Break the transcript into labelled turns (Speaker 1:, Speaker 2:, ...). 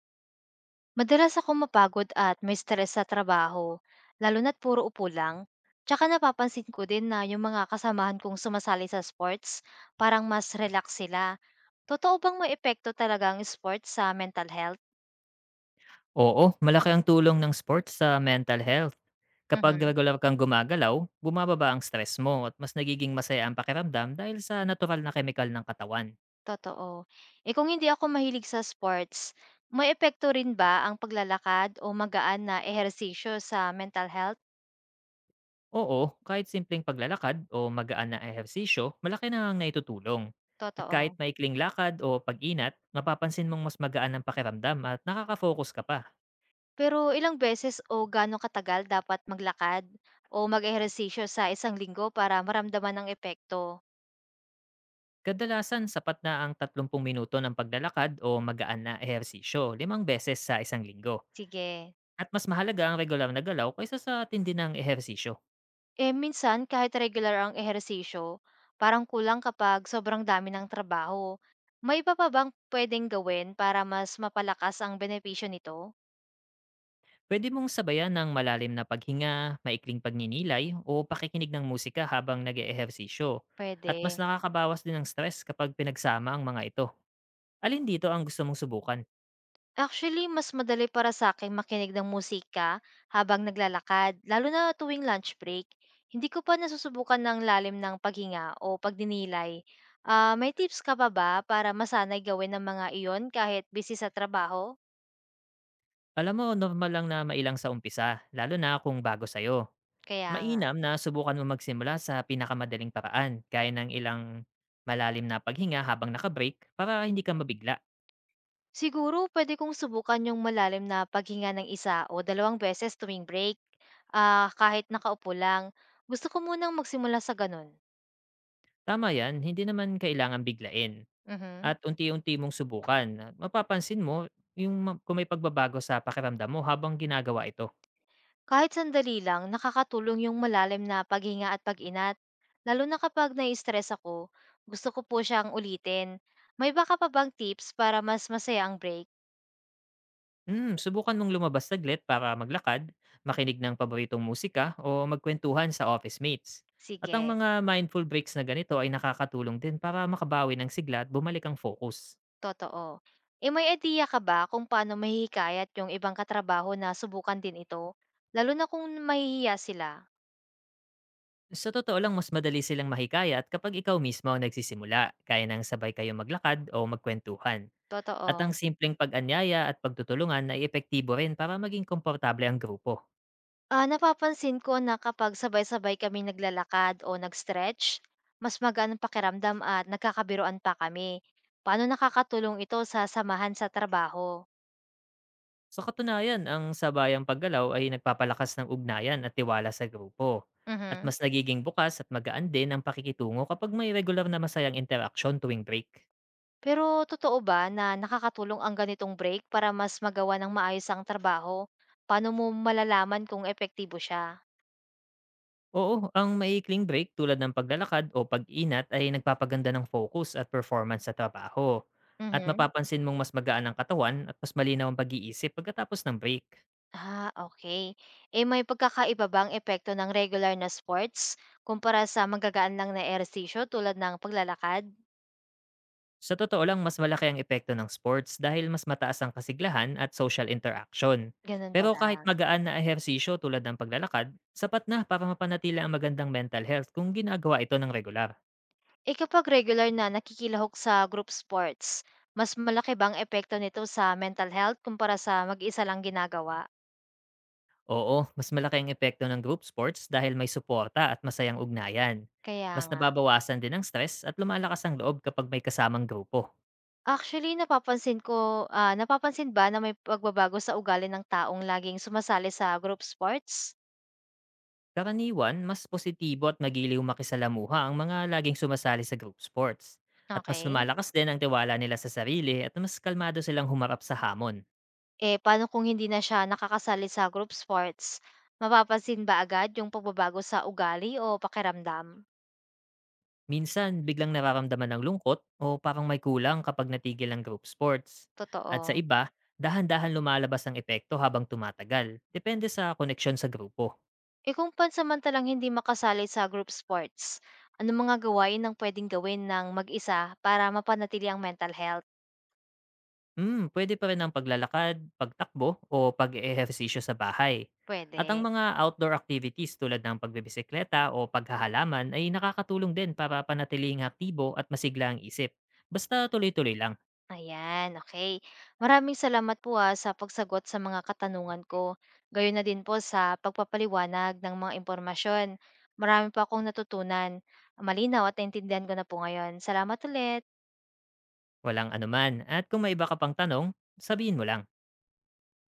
Speaker 1: Madalas akong mapagod at may stress sa trabaho, lalo na't puro upo lang. Tsaka napapansin ko din na yung mga kasamahan kong sumasali sa sports, parang mas relax sila. Totoo bang may epekto talaga ang sports sa mental health?
Speaker 2: Oo, malaki ang tulong ng sports sa mental health. Kapag
Speaker 1: Mhm,
Speaker 2: regular kang gumagalaw, bumababa ang stress mo at mas nagiging masaya ang pakiramdam dahil sa natural na chemical ng katawan.
Speaker 1: totoo. Eh kung hindi ako mahilig sa sports, may epekto rin ba ang paglalakad o magaan na ehersisyo sa mental health?
Speaker 2: Oo, kahit simpleng paglalakad o magaan na ehersisyo, malaki na ang naitutulong. At kahit
Speaker 1: Totoo.
Speaker 2: maikling lakad o pag-inat, mapapansin mong mas magaan ang pakiramdam at nakaka-focus ka pa.
Speaker 1: Pero ilang beses o gaano katagal dapat maglakad o mag-ehersisyo sa isang linggo para maramdaman ang epekto?
Speaker 2: Kadalasan, sapat na ang 30 minuto ng paglalakad o magaan na ehersisyo 5 beses sa isang linggo.
Speaker 1: Sige.
Speaker 2: At mas mahalaga ang regular na galaw kaysa sa tindi ng ehersisyo.
Speaker 1: Eh minsan kahit regular ang ehersisyo, parang kulang kapag sobrang dami ng trabaho. May iba pa bang pwedeng gawin para mas mapalakas ang benepisyo nito?
Speaker 2: Pwede mong sabayan ng malalim na paghinga, maikling pagninilay, o pakikinig ng musika habang nag ehersisyo. At mas
Speaker 1: Pwede.
Speaker 2: nakakabawas din ng stress kapag pinagsama ang mga ito. Alin dito ang gusto mong subukan?
Speaker 1: Actually, mas madali para sa akin makinig ng musika habang naglalakad, lalo na tuwing lunch break. Hindi ko pa nasusubukan ng lalim ng paghinga o pagdinilay. May tips ka pa ba para masanay gawin ng mga iyon kahit busy sa trabaho?
Speaker 2: Alam mo, normal lang na mailang sa umpisa, lalo na kung bago sa'yo.
Speaker 1: Kaya nga.
Speaker 2: Mainam na subukan mo magsimula sa pinakamadaling paraan, gaya ng ilang malalim na paghinga habang nakabreak para hindi ka mabigla.
Speaker 1: Siguro pwede kong subukan yung malalim na paghinga ng isa o dalawang beses tuwing break, kahit nakaupo lang. Gusto ko munang magsimula sa gano'n.
Speaker 2: Tama yan, hindi naman kailangan biglain
Speaker 1: Mhm.
Speaker 2: at unti-unti mong subukan at mapapansin mo yung kung may pagbabago sa pakiramdam mo habang ginagawa ito.
Speaker 1: Kahit sandali lang, nakakatulong yung malalim na paghinga at pag-inat. Lalo na kapag nai-stress ako, gusto ko po siyang ulitin. May baka pa bang tips para mas masaya ang break?
Speaker 2: Subukan mong lumabas saglit para maglakad, makinig ng paboritong musika o magkwentuhan sa office mates. At ang
Speaker 1: Sige,
Speaker 2: mga mindful breaks na ganito ay nakakatulong din para makabawi ng sigla at bumalik ang focus.
Speaker 1: totoo. E may idea ka ba kung paano mahihikayat yung ibang katrabaho na subukan din ito? Lalo na kung mahihiya sila.
Speaker 2: Sa totoo lang, mas madali silang mahikayat kapag ikaw mismo ang nagsisimula, kaya nang sabay kayo maglakad o magkwentuhan. At ang
Speaker 1: Totoo.
Speaker 2: simpleng pag-anyaya at pagtutulungan ay epektibo rin para maging komportable ang grupo.
Speaker 1: Napapansin ko na kapag sabay-sabay kami naglalakad o nag-stretch, mas magaan ang pakiramdam at nagkakabiruan pa kami. Paano nakakatulong ito sa samahan sa trabaho?
Speaker 2: Sa katunayan, ang sabayang paggalaw ay nagpapalakas ng ugnayan at tiwala sa grupo. At
Speaker 1: Mhm.
Speaker 2: mas nagiging bukas at magaan din ang pakikitungo kapag may regular na masayang interaksyon tuwing break.
Speaker 1: Pero totoo ba na nakakatulong ang ganitong break para mas magawa ng maayos ang trabaho? Paano mo malalaman kung epektibo siya?
Speaker 2: Oo, ang maikling break tulad ng paglalakad o pag-inat ay nagpapaganda ng focus at performance sa trabaho. At
Speaker 1: Mhm.
Speaker 2: mapapansin mong mas magaan ang katawan at mas malinaw ang pag-iisip pagkatapos ng break.
Speaker 1: Ah, okay. Eh may pagkakaiba bang epekto ng regular na sports kumpara sa magagaan lang na ehersisyo tulad ng paglalakad?
Speaker 2: Sa totoo lang, mas malaki ang epekto ng sports dahil mas mataas ang kasiglahan at social interaction.
Speaker 1: Ganun
Speaker 2: Pero kahit
Speaker 1: pala.
Speaker 2: magaan na ehersisyo tulad ng paglalakad, sapat na para mapanatili ang magandang mental health kung ginagawa ito ng regular.
Speaker 1: Eh, kapag regular na nakikilahok sa group sports, mas malaki bang epekto nito sa mental health kumpara sa mag-isa lang ginagawa?
Speaker 2: Oo, mas malaki ang epekto ng group sports dahil may suporta at masayang ugnayan.
Speaker 1: Kaya
Speaker 2: Mas
Speaker 1: nga.
Speaker 2: nababawasan din ang stress at lumalakas ang loob kapag may kasamang grupo.
Speaker 1: Actually, napapansin ko, napapansin ba na may pagbabago sa ugali ng taong laging sumasali sa group sports?
Speaker 2: Karaniwan, mas positibo at magiliw makisalamuha ang mga laging sumasali sa group sports. At mas
Speaker 1: Okay.
Speaker 2: lumalakas din ang tiwala nila sa sarili at mas kalmado silang humarap sa hamon.
Speaker 1: Eh, paano kung hindi na siya nakakasali sa group sports? Mapapansin ba agad yung pagbabago sa ugali o pakiramdam?
Speaker 2: Minsan, biglang nararamdaman ng lungkot o parang may kulang kapag natigil ang group sports. At sa
Speaker 1: Totoo.
Speaker 2: iba, dahan-dahan lumalabas ang epekto habang tumatagal, depende sa koneksyon sa grupo.
Speaker 1: Eh kung pansamantalang hindi makasali sa group sports, ano mga gawain ang pwedeng gawin ng mag-isa para mapanatili ang mental health?
Speaker 2: Hmm, pwede pa rin ang paglalakad, pagtakbo o pag-eehersisyo sa bahay. At ang
Speaker 1: Pwede.
Speaker 2: mga outdoor activities tulad ng pagbebisikleta o paghahalaman ay nakakatulong din para panatiling aktibo at masigla ang isip. Basta tuloy-tuloy lang,
Speaker 1: Ayan, okay. Maraming salamat po sa pagsagot sa mga katanungan ko. Gayon na din po sa pagpapaliwanag ng mga impormasyon. Marami pa akong natutunan. Malinaw at naintindihan ko na po ngayon. Salamat ulit.
Speaker 2: walang anuman. At kung may iba ka pang tanong, sabihin mo lang.